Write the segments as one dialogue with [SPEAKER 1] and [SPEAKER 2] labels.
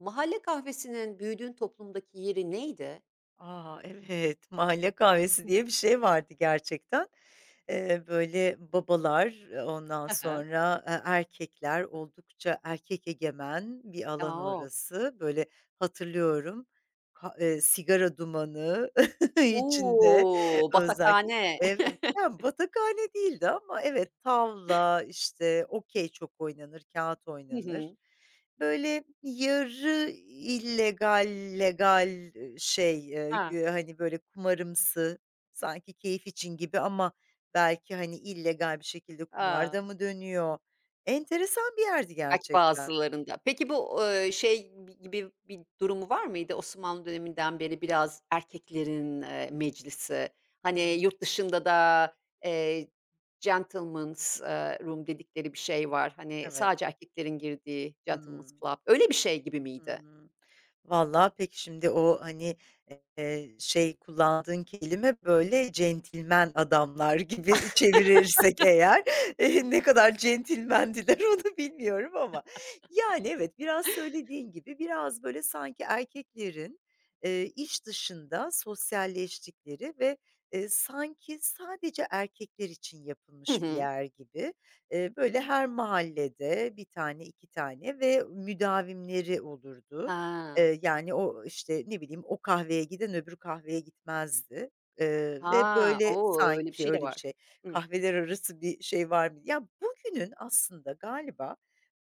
[SPEAKER 1] Mahalle kahvesinin büyüdüğün toplumdaki yeri neydi?
[SPEAKER 2] A! Evet, mahalle kahvesi
[SPEAKER 1] Hı.
[SPEAKER 2] diye bir şey vardı gerçekten. Böyle, babalar, ondan
[SPEAKER 1] Hı.
[SPEAKER 2] sonra, erkekler, oldukça erkek egemen bir
[SPEAKER 1] A,
[SPEAKER 2] alan
[SPEAKER 1] o!
[SPEAKER 2] orası. Böyle, hatırlıyorum, ka sigara dumanı içinde
[SPEAKER 1] O!
[SPEAKER 2] özellikle.
[SPEAKER 1] Batakane.
[SPEAKER 2] Evet, ya, batakhane değildi ama evet, tavla, işte, okey çok oynanır, kağıt
[SPEAKER 1] Hı
[SPEAKER 2] oynanır.
[SPEAKER 1] hı.
[SPEAKER 2] Böyle, yarı illegal, legal, şey,
[SPEAKER 1] Ha,
[SPEAKER 2] güya, hani, böyle, kumarımsı, sanki keyif için gibi ama belki, hani, illegal bir şekilde
[SPEAKER 1] a!
[SPEAKER 2] kumarda mı dönüyor? Enteresan bir yerdi
[SPEAKER 1] Belki
[SPEAKER 2] gerçekten.
[SPEAKER 1] bazılarında. Peki bu şey bi gibi bir durumu var mıydı? Osmanlı döneminden beri biraz erkeklerin meclisi, hani,
[SPEAKER 2] Hıı,
[SPEAKER 1] yurt dışında da eee, gentlemen's room dedikleri bir şey var. Hani,
[SPEAKER 2] evet.
[SPEAKER 1] sadece erkeklerin girdiği
[SPEAKER 2] Hıı.
[SPEAKER 1] gentlemen's club. Öyle bir şey gibi miydi?
[SPEAKER 2] Hıı. Valla, peki şimdi o, hani, şey, kullandığın kelime, böyle, centilmen adamlar gibi çevirirsek eğer, ne kadar centilmendiler onu bilmiyorum ama. Yani, evet, biraz söylediğin gibi biraz, böyle, sanki erkeklerin, iş dışında sosyalleştikleri ve, sanki sadece erkekler için
[SPEAKER 1] Hı
[SPEAKER 2] yapılmış bir
[SPEAKER 1] hı.
[SPEAKER 2] yer gibi, böyle, her mahallede bir tane, 2 tane ve müdavimleri olurdu.
[SPEAKER 1] Ha.
[SPEAKER 2] Yani, o, işte, ne bileyim, o kahveye giden öbür kahveye gitmezdi, ve
[SPEAKER 1] Ha,
[SPEAKER 2] böyle
[SPEAKER 1] o! Öyle bir
[SPEAKER 2] sanki
[SPEAKER 1] şey de
[SPEAKER 2] öyle bir
[SPEAKER 1] var.
[SPEAKER 2] şey,
[SPEAKER 1] Hı.
[SPEAKER 2] kahveler arası bir şey var mı? Ya, bugünün aslında galiba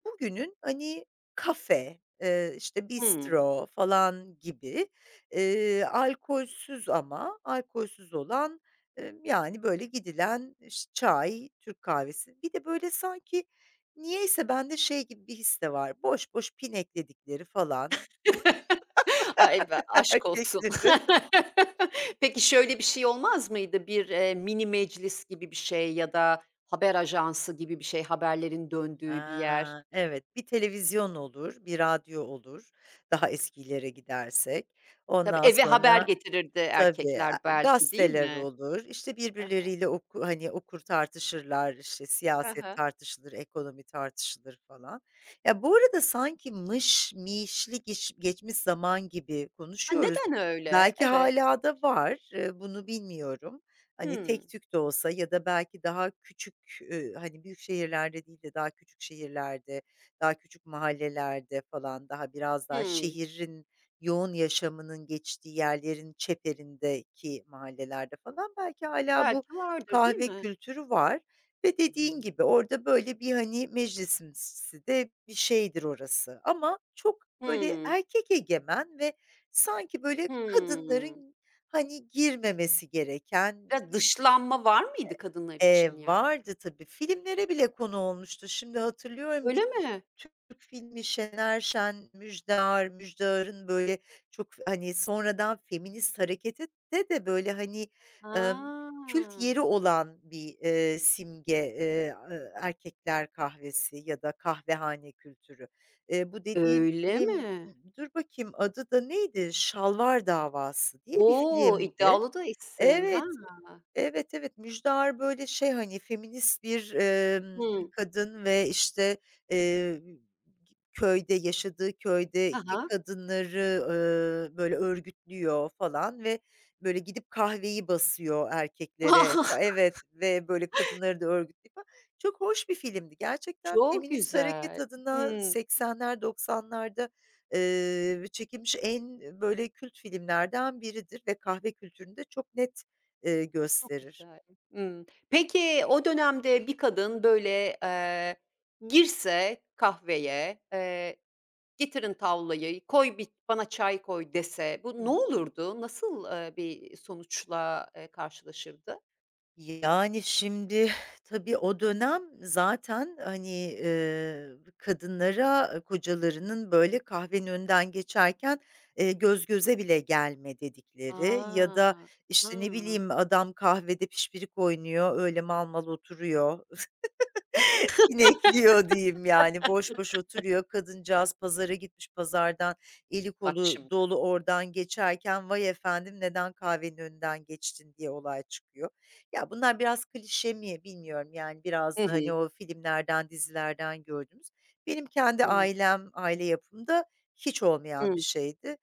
[SPEAKER 2] bugünün, hani, kafe, işte,
[SPEAKER 1] Hımm.
[SPEAKER 2] bistro falan gibi, alkolsüz ama alkolsüz olan, yani, böyle gidilen, iş çay, Türk kahvesi. Bir de böyle sanki niyeyse bende şey gibi bir his de var, boş boş pinekledikleri falan.
[SPEAKER 1] Ay, be aşk olsun.
[SPEAKER 2] Erkeklerin.
[SPEAKER 1] Peki, şöyle bir şey olmaz mıydı? Bir mini meclis gibi bir şey ya da haber ajansı gibi bir şey, haberlerin döndüğü bir yer.
[SPEAKER 2] Ha, evet, bir televizyon olur, bir radyo olur, daha eskilere gidersek.
[SPEAKER 1] Tabii,
[SPEAKER 2] Ondan
[SPEAKER 1] eve haber
[SPEAKER 2] sonra,
[SPEAKER 1] getirirdi
[SPEAKER 2] tabii,
[SPEAKER 1] erkekler
[SPEAKER 2] a,
[SPEAKER 1] belki, değil
[SPEAKER 2] gazeteler
[SPEAKER 1] mi?
[SPEAKER 2] olur, işte,
[SPEAKER 1] Hı hı.
[SPEAKER 2] birbirleriyle hani, okur, tartışırlar, işte,
[SPEAKER 1] Hı
[SPEAKER 2] siyaset
[SPEAKER 1] hı.
[SPEAKER 2] tartışılır, ekonomi tartışılır falan. Ya, bu arada sanki mış mişli geçmiş zaman gibi
[SPEAKER 1] Ha,
[SPEAKER 2] konuşuyoruz.
[SPEAKER 1] neden öyle?
[SPEAKER 2] Belki
[SPEAKER 1] Evet.
[SPEAKER 2] hâlâ da var, bunu bilmiyorum. Hani,
[SPEAKER 1] Hımm.
[SPEAKER 2] tek tük de olsa ya da belki daha küçük, hani, büyük şehirlerde değil de daha küçük şehirlerde, daha küçük mahallelerde falan, daha biraz daha
[SPEAKER 1] Hımm.
[SPEAKER 2] şehrin yoğun yaşamının geçtiği yerlerin çeperindeki mahallelerde falan belki hâlâ bu
[SPEAKER 1] Belki vardır, değil
[SPEAKER 2] kahve
[SPEAKER 1] mi?
[SPEAKER 2] kültürü var ve dediğin gibi orada böyle bir, hani, meclisimsi de bir şeydir orası ama çok böyle
[SPEAKER 1] Hımm.
[SPEAKER 2] erkek egemen ve sanki böyle
[SPEAKER 1] Hımm.
[SPEAKER 2] kadınların, hani, girmemesi gereken.
[SPEAKER 1] Biraz dışlanma var mıydı kadınlar için ya?
[SPEAKER 2] Vardı tabii. Filmlere bile konu olmuştu. Şimdi hatırlıyorum
[SPEAKER 1] Öyle
[SPEAKER 2] bir
[SPEAKER 1] mi?
[SPEAKER 2] Türk filmi. Şener Şen, Müjde Ar, Müjde Ar'ın böyle çok, hani, sonradan feminist harekete de böyle, hani, emm,
[SPEAKER 1] Ha.
[SPEAKER 2] kült yeri olan bir, simge, erkekler kahvesi ya da kahvehane kültürü. Bu dediğim
[SPEAKER 1] Öyle
[SPEAKER 2] film,
[SPEAKER 1] mi?
[SPEAKER 2] dur bakayım adı da neydi? Şalvar Davası diye bir
[SPEAKER 1] O!
[SPEAKER 2] filmdi.
[SPEAKER 1] İddialı da isim. Ha.
[SPEAKER 2] Evet, evet, evet. Müjdar böyle şey, hani, feminist bir,
[SPEAKER 1] Hımm.
[SPEAKER 2] kadın ve, işte, eee, köyde, yaşadığı
[SPEAKER 1] Ha
[SPEAKER 2] köydeki
[SPEAKER 1] ha.
[SPEAKER 2] kadınları, böyle örgütlüyor falan ve böyle gidip kahveyi basıyor erkeklere. Evet ve böyle kadınları da örgütlüyor falan. Çok hoş bir filmdi. Gerçekten
[SPEAKER 1] Çok
[SPEAKER 2] feminist hareket
[SPEAKER 1] güzel.
[SPEAKER 2] adına
[SPEAKER 1] Hımm.
[SPEAKER 2] 80'ler, 90'larda çekilmiş en böyle kült filmlerden biridir ve kahve kültürünü de çok net,
[SPEAKER 1] Çok
[SPEAKER 2] gösterir.
[SPEAKER 1] güzel. Hımm. Peki o dönemde bir kadın böyle girse kahveye, "Getirin tavlayı, koy bir bana çay koy." dese bu ne
[SPEAKER 2] Hıı.
[SPEAKER 1] olurdu? Nasıl bir sonuçla karşılaşırdı?
[SPEAKER 2] Yani, şimdi tabii o dönem zaten, hani, kadınlara, kocalarının böyle kahvenin önünden geçerken, göz göze bile gelme dedikleri ya
[SPEAKER 1] A!
[SPEAKER 2] da, işte, ne
[SPEAKER 1] Ha.
[SPEAKER 2] bileyim, adam kahvede pişpirik oynuyor, öyle mal mal oturuyor, İnekliyor diyeyim yani, boş boş oturuyor. Kadıncağız pazara gitmiş, pazardan eli
[SPEAKER 1] Bak
[SPEAKER 2] kolu
[SPEAKER 1] şimdi.
[SPEAKER 2] dolu oradan geçerken, "Vay efendim, neden kahvenin önünden geçtin?" diye olay çıkıyor. Ya, bunlar biraz klişe mi bilmiyorum, yani, biraz
[SPEAKER 1] Hı
[SPEAKER 2] da,
[SPEAKER 1] hı.
[SPEAKER 2] hani, o filmlerden, dizilerden gördüğümüz. Benim kendi
[SPEAKER 1] Hımm.
[SPEAKER 2] ailem, aile yapımda hiç
[SPEAKER 1] Hı.
[SPEAKER 2] olmayan bir şeydi.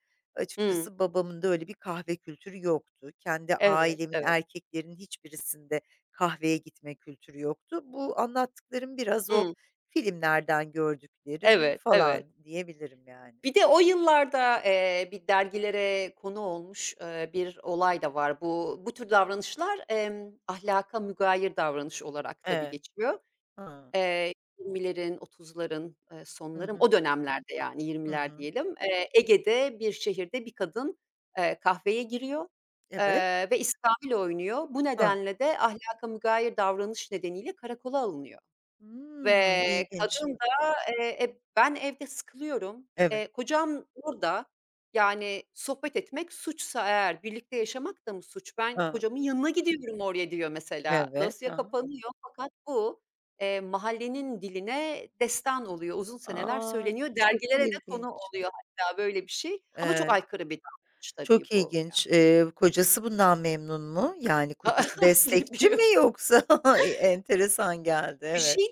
[SPEAKER 1] Hımm.
[SPEAKER 2] Açıkçası babamın da öyle bir kahve kültürü yoktu. Kendi
[SPEAKER 1] Evet,
[SPEAKER 2] ailemin
[SPEAKER 1] evet.
[SPEAKER 2] erkeklerinin hiçbirisinde kahveye gitme kültürü yoktu. Bu anlattıklarım biraz o
[SPEAKER 1] Hımm.
[SPEAKER 2] filmlerden gördüklerim
[SPEAKER 1] Evet, evet.
[SPEAKER 2] falan diyebilirim yani.
[SPEAKER 1] Bir de o yıllarda bir dergilere konu olmuş bir olay da var. Bu tür davranışlar ahlaka mügayir davranış olarak tabii
[SPEAKER 2] Evet.
[SPEAKER 1] geçiyor.
[SPEAKER 2] Hıı.
[SPEAKER 1] Eee, 20'lerin, 30'ların
[SPEAKER 2] Hı
[SPEAKER 1] sonları
[SPEAKER 2] hı.
[SPEAKER 1] o dönemlerde yani
[SPEAKER 2] Hı
[SPEAKER 1] yirmiler
[SPEAKER 2] hı.
[SPEAKER 1] diyelim. Ege'de bir şehirde bir kadın kahveye giriyor,
[SPEAKER 2] Evet.
[SPEAKER 1] ve iskambil oynuyor. Bu
[SPEAKER 2] Hıı.
[SPEAKER 1] nedenle de ahlaka mügayir davranış nedeniyle karakola alınıyor.
[SPEAKER 2] Hımm,
[SPEAKER 1] Ve
[SPEAKER 2] ilginç.
[SPEAKER 1] kadın da, ben evde sıkılıyorum,
[SPEAKER 2] Evet.
[SPEAKER 1] kocam burada, yani, sohbet etmek suçsa eğer birlikte yaşamak da mı suç? Ben
[SPEAKER 2] Hıı.
[SPEAKER 1] kocamın yanına gidiyorum oraya diyor mesela.
[SPEAKER 2] Evet. Hı
[SPEAKER 1] Dosya
[SPEAKER 2] hı.
[SPEAKER 1] kapanıyor fakat bu mahallenin diline destan oluyor. Uzun seneler
[SPEAKER 2] A!
[SPEAKER 1] söyleniyor.
[SPEAKER 2] Çok
[SPEAKER 1] Dergilere de konu
[SPEAKER 2] ilginç.
[SPEAKER 1] oluyor hatta böyle bir şey ama çok
[SPEAKER 2] Evet,
[SPEAKER 1] aykırı bir davranış tabii
[SPEAKER 2] çok
[SPEAKER 1] bu. Ya,
[SPEAKER 2] ilginç. Kocası bundan memnun mu? Yani, kocası destekçi mi
[SPEAKER 1] bilemiyorum.
[SPEAKER 2] yoksa? E, enteresan geldi,
[SPEAKER 1] Bir
[SPEAKER 2] evet.
[SPEAKER 1] şey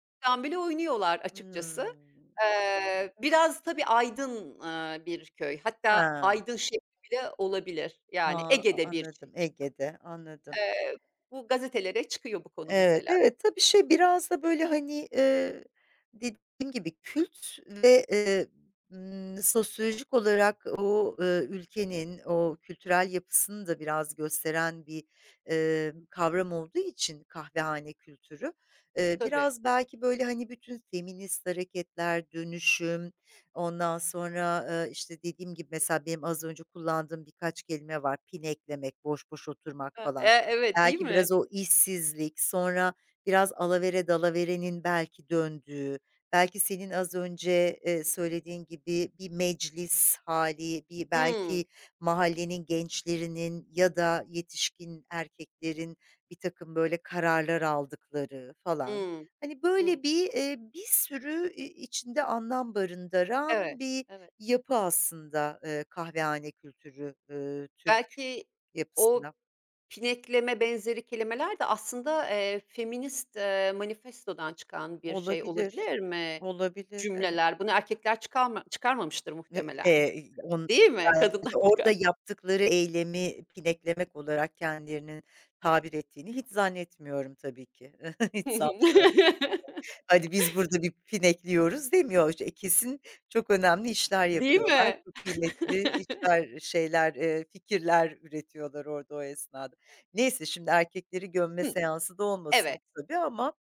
[SPEAKER 1] Çocuktan bile oynuyorlar
[SPEAKER 2] Hımm.
[SPEAKER 1] açıkçası. Biraz tabii aydın bir köy. Hatta
[SPEAKER 2] Ha,
[SPEAKER 1] Aydın şehri bile olabilir. Yani
[SPEAKER 2] a,
[SPEAKER 1] Ege'de bir şey.
[SPEAKER 2] anladım, Ege'de, anladım.
[SPEAKER 1] Eee, bu gazetelere çıkıyor bu konu
[SPEAKER 2] Evet,
[SPEAKER 1] mesela.
[SPEAKER 2] evet. Tabii, şey, biraz da, böyle, hani, dediğim gibi kült ve, sosyolojik olarak o, ülkenin o kültürel yapısını da biraz gösteren bir, kavram olduğu için kahvehane kültürü,
[SPEAKER 1] Tabii.
[SPEAKER 2] biraz belki, böyle, hani, bütün feminist hareketler, dönüşüm, ondan sonra, işte, dediğim gibi mesela benim az önce kullandığım birkaç kelime var. Pineklemek, boş boş oturmak
[SPEAKER 1] E,
[SPEAKER 2] falan.
[SPEAKER 1] evet, değil
[SPEAKER 2] Belki
[SPEAKER 1] mi?
[SPEAKER 2] biraz o işsizlik, sonra biraz alavere dalaverenin belki döndüğü, belki senin az önce, söylediğin gibi bir meclis hali, bir
[SPEAKER 1] Hımm.
[SPEAKER 2] belki mahallenin gençlerinin ya da yetişkin erkeklerin bir takım böyle kararlar aldıkları falan.
[SPEAKER 1] Hımm.
[SPEAKER 2] Hani,
[SPEAKER 1] Hımm.
[SPEAKER 2] böyle bir, bir sürü içinde anlam
[SPEAKER 1] Evet,
[SPEAKER 2] barındıran bir
[SPEAKER 1] evet.
[SPEAKER 2] yapı aslında, kahvehane kültürü, Türk
[SPEAKER 1] Belki o
[SPEAKER 2] yapısında.
[SPEAKER 1] "pinekleme" benzeri kelimeler de aslında feminist manifestodan çıkan bir şey
[SPEAKER 2] Olabilir.
[SPEAKER 1] olabilir mi?
[SPEAKER 2] Olabilir, evet.
[SPEAKER 1] Cümleler. Bunu erkekler çıkarmamıştır
[SPEAKER 2] Ne
[SPEAKER 1] muhtemelen.
[SPEAKER 2] on
[SPEAKER 1] Değil mi? Kadınlar
[SPEAKER 2] herhâlde orada
[SPEAKER 1] çıkar.
[SPEAKER 2] yaptıkları eylemi pineklemek olarak kendilerinin tabir ettiğini hiç zannetmiyorum tabii ki. Hiç
[SPEAKER 1] Hı hı.
[SPEAKER 2] Hani, biz burada bir pinekliyoruz demiyor. İşte, kesin çok önemli işler
[SPEAKER 1] Değil
[SPEAKER 2] yapıyorlar.
[SPEAKER 1] mi?
[SPEAKER 2] Çok kıymetli işler, şeyler, fikirler üretiyorlar orada o esnada. Neyse, şimdi erkekleri gömme
[SPEAKER 1] Hıh.
[SPEAKER 2] seansı da
[SPEAKER 1] Evet,
[SPEAKER 2] olmasın bu tabii ama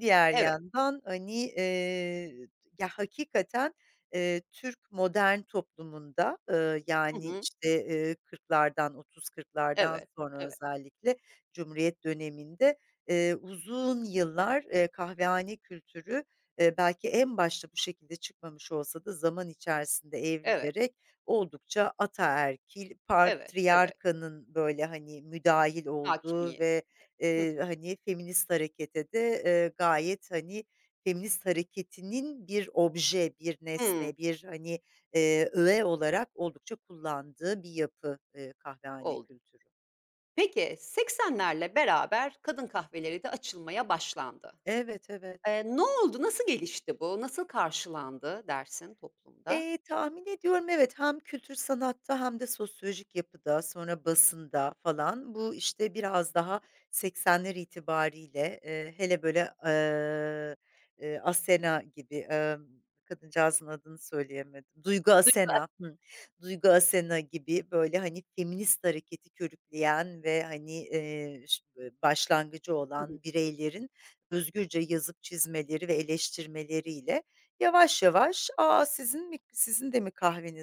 [SPEAKER 2] diğer
[SPEAKER 1] evet.
[SPEAKER 2] yandan, hani, ya, hakikaten, Türk modern toplumunda,
[SPEAKER 1] Hı
[SPEAKER 2] yani,
[SPEAKER 1] hı.
[SPEAKER 2] işte, 40'lardan, 30-40'lardan
[SPEAKER 1] Evet,
[SPEAKER 2] sonra
[SPEAKER 1] evet,
[SPEAKER 2] özellikle Cumhuriyet döneminde, uzun yıllar, kahvehane kültürü, belki en başta bu şekilde çıkmamış olsa da zaman içerisinde
[SPEAKER 1] evet,
[SPEAKER 2] evrilerek oldukça ataerkil,
[SPEAKER 1] evet, evet.
[SPEAKER 2] patriarkanın, böyle, hani, müdahil olduğu
[SPEAKER 1] Hakimiyet.
[SPEAKER 2] ve,
[SPEAKER 1] Hı hı.
[SPEAKER 2] hani, feminist harekete de, gayet, hani, feminist hareketinin bir obje, bir
[SPEAKER 1] Hımm.
[SPEAKER 2] nesne, bir, hani, öğe olarak oldukça kullandığı bir yapı, kahvehane
[SPEAKER 1] Oldu.
[SPEAKER 2] kültürü.
[SPEAKER 1] Peki 80'lerle beraber kadın kahveleri de açılmaya başlandı.
[SPEAKER 2] Evet, evet.
[SPEAKER 1] Ne oldu? Nasıl gelişti bu? Nasıl karşılandı dersin toplumda?
[SPEAKER 2] Tahmin ediyorum, evet, hem kültür sanatta hem de sosyolojik yapıda, sonra basında falan bu, işte, biraz daha 80'ler itibariyle, hele böyle, Asena gibi, kadıncağızın adını söyleyemedim. Duygu
[SPEAKER 1] Dış
[SPEAKER 2] Asena, Duygu Asena gibi böyle, hani, feminist hareketi körükleyen ve, hani, başlangıcı
[SPEAKER 1] Hı hı.
[SPEAKER 2] olan bireylerin özgürce yazıp çizmeleri ve eleştirmeleriyle yavaş yavaş, "aa, sizin de mi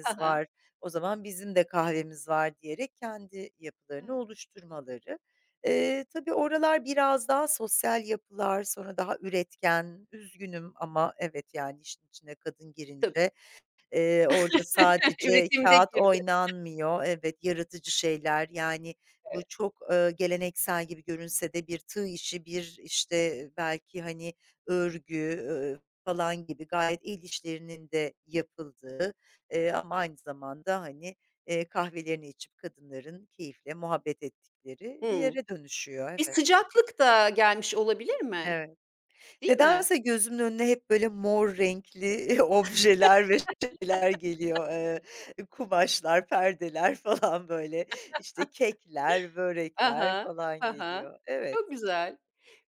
[SPEAKER 1] Ha ha.
[SPEAKER 2] var? O zaman bizim de kahvemiz var." diyerek kendi yapılarını
[SPEAKER 1] Evet.
[SPEAKER 2] oluşturmaları. Tabii oralar biraz daha sosyal yapılar, sonra daha üretken, üzgünüm ama evet, yani, işin içine kadın
[SPEAKER 1] Tabii.
[SPEAKER 2] girince, orada sadece
[SPEAKER 1] Üretimde
[SPEAKER 2] kağıt
[SPEAKER 1] girdi.
[SPEAKER 2] oynanmıyor. Evet, yaratıcı şeyler, yani,
[SPEAKER 1] Evet.
[SPEAKER 2] bu çok, geleneksel gibi görünse de bir tığ işi, bir, işte, belki, hani, örgü, falan gibi gayet el işlerinin de yapıldığı, ama aynı zamanda, hani, kahvelerini içip kadınların keyifle muhabbet ettikleri bir
[SPEAKER 1] Hımm.
[SPEAKER 2] yere dönüşüyor.
[SPEAKER 1] Bir
[SPEAKER 2] Evet,
[SPEAKER 1] sıcaklık da gelmiş olabilir mi?
[SPEAKER 2] evet.
[SPEAKER 1] Değil mi?
[SPEAKER 2] Nedense gözümün önüne hep böyle mor renkli objeler ve şeyler geliyor. Kumaşlar, perdeler falan böyle, işte, kekler,
[SPEAKER 1] Ha
[SPEAKER 2] börekler
[SPEAKER 1] ha.
[SPEAKER 2] falan
[SPEAKER 1] Ha ha.
[SPEAKER 2] geliyor. Evet.
[SPEAKER 1] Çok güzel.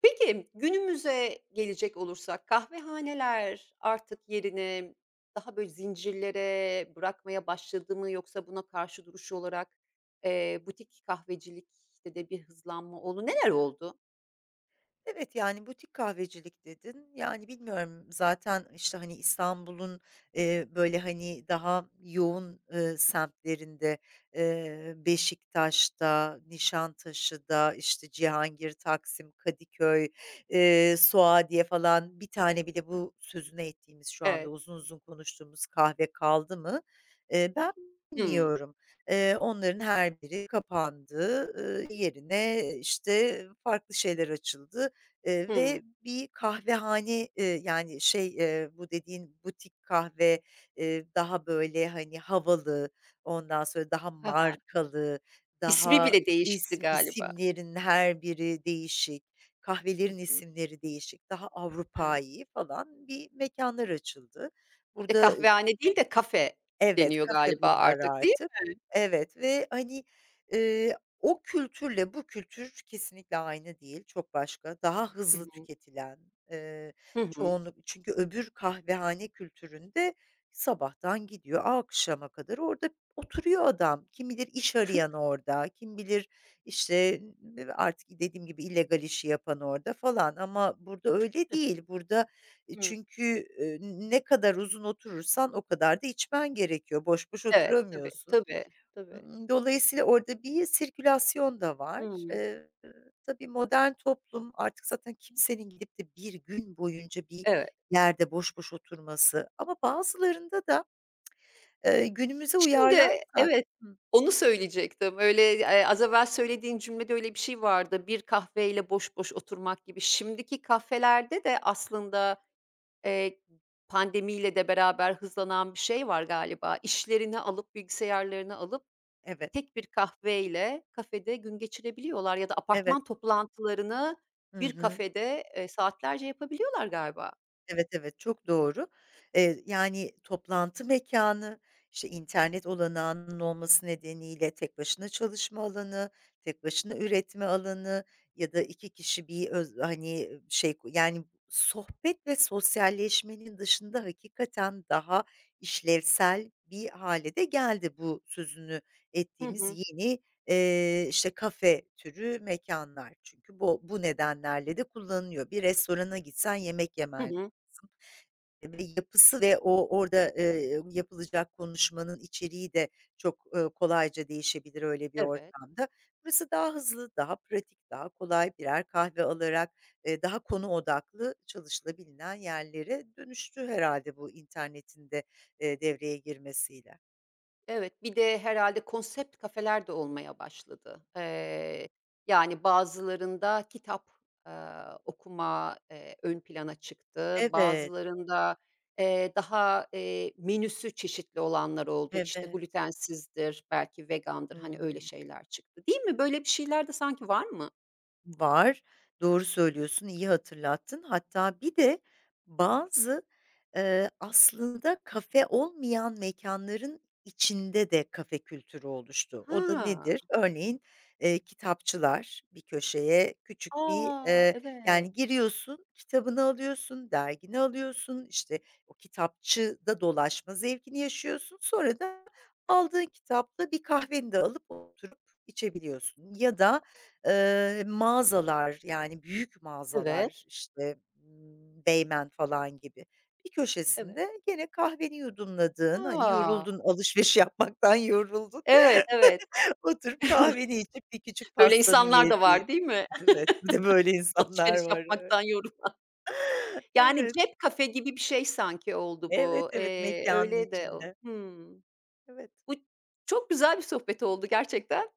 [SPEAKER 1] Peki, günümüze gelecek olursak kahvehaneler artık yerini daha böyle zincirlere bırakmaya başladı mı yoksa buna karşı duruş olarak butik kahvecilikte de bir hızlanma oldu. Neler oldu?
[SPEAKER 2] Evet, yani, butik kahvecilik dedin. Yani, bilmiyorum zaten, işte, hani, İstanbul'un, böyle, hani, daha yoğun, semtlerinde, Beşiktaş'ta, Nişantaşı'da, işte, Cihangir, Taksim, Kadıköy, Suadiye falan bir tane bile bu sözüne ettiğimiz şu anda
[SPEAKER 1] Evet.
[SPEAKER 2] uzun uzun konuştuğumuz kahve kaldı mı? Ben
[SPEAKER 1] Hımm.
[SPEAKER 2] bilmiyorum. Onların her biri kapandı. Yerine, işte, farklı şeyler açıldı.
[SPEAKER 1] Hımm.
[SPEAKER 2] Ve bir kahvehane, yani, şey, bu dediğin butik kahve, daha, böyle, hani, havalı, ondan sonra daha
[SPEAKER 1] Ha ha.
[SPEAKER 2] markalı,
[SPEAKER 1] İsmi
[SPEAKER 2] daha
[SPEAKER 1] bile değişti galiba.
[SPEAKER 2] isimlerin her biri değişik,
[SPEAKER 1] Hı
[SPEAKER 2] kahvelerin
[SPEAKER 1] hı.
[SPEAKER 2] isimleri değişik, daha
[SPEAKER 1] Evet.
[SPEAKER 2] Avrupâi falan bir mekânlar açıldı.
[SPEAKER 1] E,
[SPEAKER 2] Burada
[SPEAKER 1] kahvehane değil de kafe
[SPEAKER 2] Evet,
[SPEAKER 1] deniyor
[SPEAKER 2] kafe
[SPEAKER 1] galiba
[SPEAKER 2] bunlar
[SPEAKER 1] artık, değil
[SPEAKER 2] artık.
[SPEAKER 1] mi?
[SPEAKER 2] Evet ve, hani, o kültürle bu kültür kesinlikle aynı değil, çok başka. Daha
[SPEAKER 1] Hı
[SPEAKER 2] hızlı
[SPEAKER 1] hı.
[SPEAKER 2] tüketilen, eee,
[SPEAKER 1] Hı hı.
[SPEAKER 2] çoğunluk çünkü öbür kahvehane kültüründe sabahtan gidiyor, akşama kadar orada oturuyor adam. Kim bilir iş arayan orada, kim bilir, işte, artık dediğim gibi illegal işi yapan orada falan ama burada öyle değil. Burada,
[SPEAKER 1] Hıı.
[SPEAKER 2] çünkü, ne kadar uzun oturursan o kadar da içmen gerekiyor. Boş boş
[SPEAKER 1] Evet, tabii,
[SPEAKER 2] oturamıyorsun.
[SPEAKER 1] tabii, tabii.
[SPEAKER 2] Dolayısıyla orada bir sirkülasyon da var.
[SPEAKER 1] Hıı.
[SPEAKER 2] Tabii modern toplum artık zaten kimsenin gidip de bir gün boyunca bir
[SPEAKER 1] Evet.
[SPEAKER 2] yerde boş boş oturması, ama bazılarında da, günümüze
[SPEAKER 1] Şimdi
[SPEAKER 2] uyarlarsak.
[SPEAKER 1] evet,
[SPEAKER 2] Hı,
[SPEAKER 1] onu söyleyecektim. Öyle, az evvel söylediğin cümlede öyle bir şey vardı. Bir kahveyle boş boş oturmak gibi. Şimdiki kafelerde de aslında eee, pandemiyle de beraber hızlanan bir şey var galiba. İşlerini alıp, bilgisayarlarını alıp
[SPEAKER 2] evet,
[SPEAKER 1] tek bir kahveyle kafede gün geçirebiliyorlar ya da
[SPEAKER 2] evet.
[SPEAKER 1] apartman toplantılarını
[SPEAKER 2] Hı
[SPEAKER 1] bir
[SPEAKER 2] hı.
[SPEAKER 1] kafede saatlerce yapabiliyorlar galiba.
[SPEAKER 2] Evet, evet, çok doğru. Yani, toplantı mekanı, işte, internet olanağının olması nedeniyle tek başına çalışma alanı, tek başına üretme alanı ya da 2 kişi bir hani, şey, yani, sohbet ve sosyalleşmenin dışında hakikaten daha işlevsel bir hale de geldi bu sözünü
[SPEAKER 1] Hı
[SPEAKER 2] ettiğimiz
[SPEAKER 1] hı.
[SPEAKER 2] yeni, işte, kafe türü mekanlar. Çünkü bu nedenlerle de kullanılıyor. Bir restorana gitsen yemek
[SPEAKER 1] Hı
[SPEAKER 2] yemen
[SPEAKER 1] hı.
[SPEAKER 2] ve yapısı ve o orada, yapılacak konuşmanın içeriği de çok, kolayca değişebilir öyle bir
[SPEAKER 1] Evet.
[SPEAKER 2] ortamda. Burası daha hızlı, daha pratik, daha kolay birer kahve alarak, daha konu odaklı çalışılabilen yerlere dönüştü herhalde, bu internetin de, devreye girmesiyle.
[SPEAKER 1] Evet, bir de herhalde konsept kafeler de olmaya başladı. Yani, bazılarında kitap, okuma ön plana çıktı.
[SPEAKER 2] Evet,
[SPEAKER 1] Bazılarında daha menüsü çeşitli olanlar oldu. İşte,
[SPEAKER 2] evet.
[SPEAKER 1] glutensizdir, belki vegandır, hani,
[SPEAKER 2] Hıı.
[SPEAKER 1] öyle şeyler çıktı. Değil mi? Böyle bir şeyler de sanki var mı?
[SPEAKER 2] Var. Doğru söylüyorsun, iyi hatırlattın. Hatta bir de bazı, aslında kafe olmayan mekanların içinde de kafe kültürü oluştu. O da
[SPEAKER 1] Ha!
[SPEAKER 2] nedir? Örneğin, kitapçılar bir köşeye küçük bir,
[SPEAKER 1] A! Evet.
[SPEAKER 2] yani giriyorsun, kitabını alıyorsun, dergini alıyorsun, işte, o kitapçıda dolaşma zevkini yaşıyorsun. Sonra da aldığın kitapla bir kahveni de alıp oturup içebiliyorsun ya da mağazalar, yani, büyük
[SPEAKER 1] Evet,
[SPEAKER 2] mağazalar, işte, Beymen falan gibi. Bir
[SPEAKER 1] evet.
[SPEAKER 2] köşesinde gene kahveni yudumladığın, hani,
[SPEAKER 1] A!
[SPEAKER 2] yoruldun, alışveriş yapmaktan yoruldun,
[SPEAKER 1] Evet, evet.
[SPEAKER 2] oturup kahveni içip bir küçük
[SPEAKER 1] Öyle
[SPEAKER 2] pastanı
[SPEAKER 1] insanlar da var,
[SPEAKER 2] yediğin.
[SPEAKER 1] değil mi?
[SPEAKER 2] Evet, bir de böyle insanlar
[SPEAKER 1] Alışveriş
[SPEAKER 2] var, evet.
[SPEAKER 1] yapmaktan yorul Yani,
[SPEAKER 2] Evet,
[SPEAKER 1] cep kafe gibi bir şey sanki oldu
[SPEAKER 2] evet,
[SPEAKER 1] bu.
[SPEAKER 2] evet, mekânın
[SPEAKER 1] Öyle de o
[SPEAKER 2] içinde.
[SPEAKER 1] Hımm.
[SPEAKER 2] Evet,
[SPEAKER 1] Bu çok güzel bir sohbet oldu gerçekten.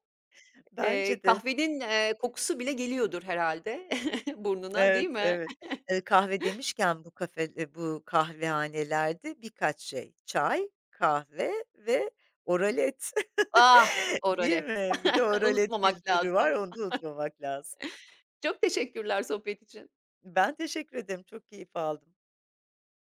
[SPEAKER 1] Eee,
[SPEAKER 2] bence de.
[SPEAKER 1] kahvenin, kokusu bile geliyordur herhâlde burnuna,
[SPEAKER 2] Evet,
[SPEAKER 1] değil mi?
[SPEAKER 2] evet. Kahve demişken, bu kahvehanelerde birkaç şey: çay, kahve ve oralet.
[SPEAKER 1] Ah,
[SPEAKER 2] Değil
[SPEAKER 1] orale.
[SPEAKER 2] mi? Bir de oralet
[SPEAKER 1] Unutmamak
[SPEAKER 2] kültürü var,
[SPEAKER 1] lazım.
[SPEAKER 2] onu da unutmamak lazım.
[SPEAKER 1] Çok teşekkürler sohbet için.
[SPEAKER 2] Ben teşekkür ederim, çok keyif aldım.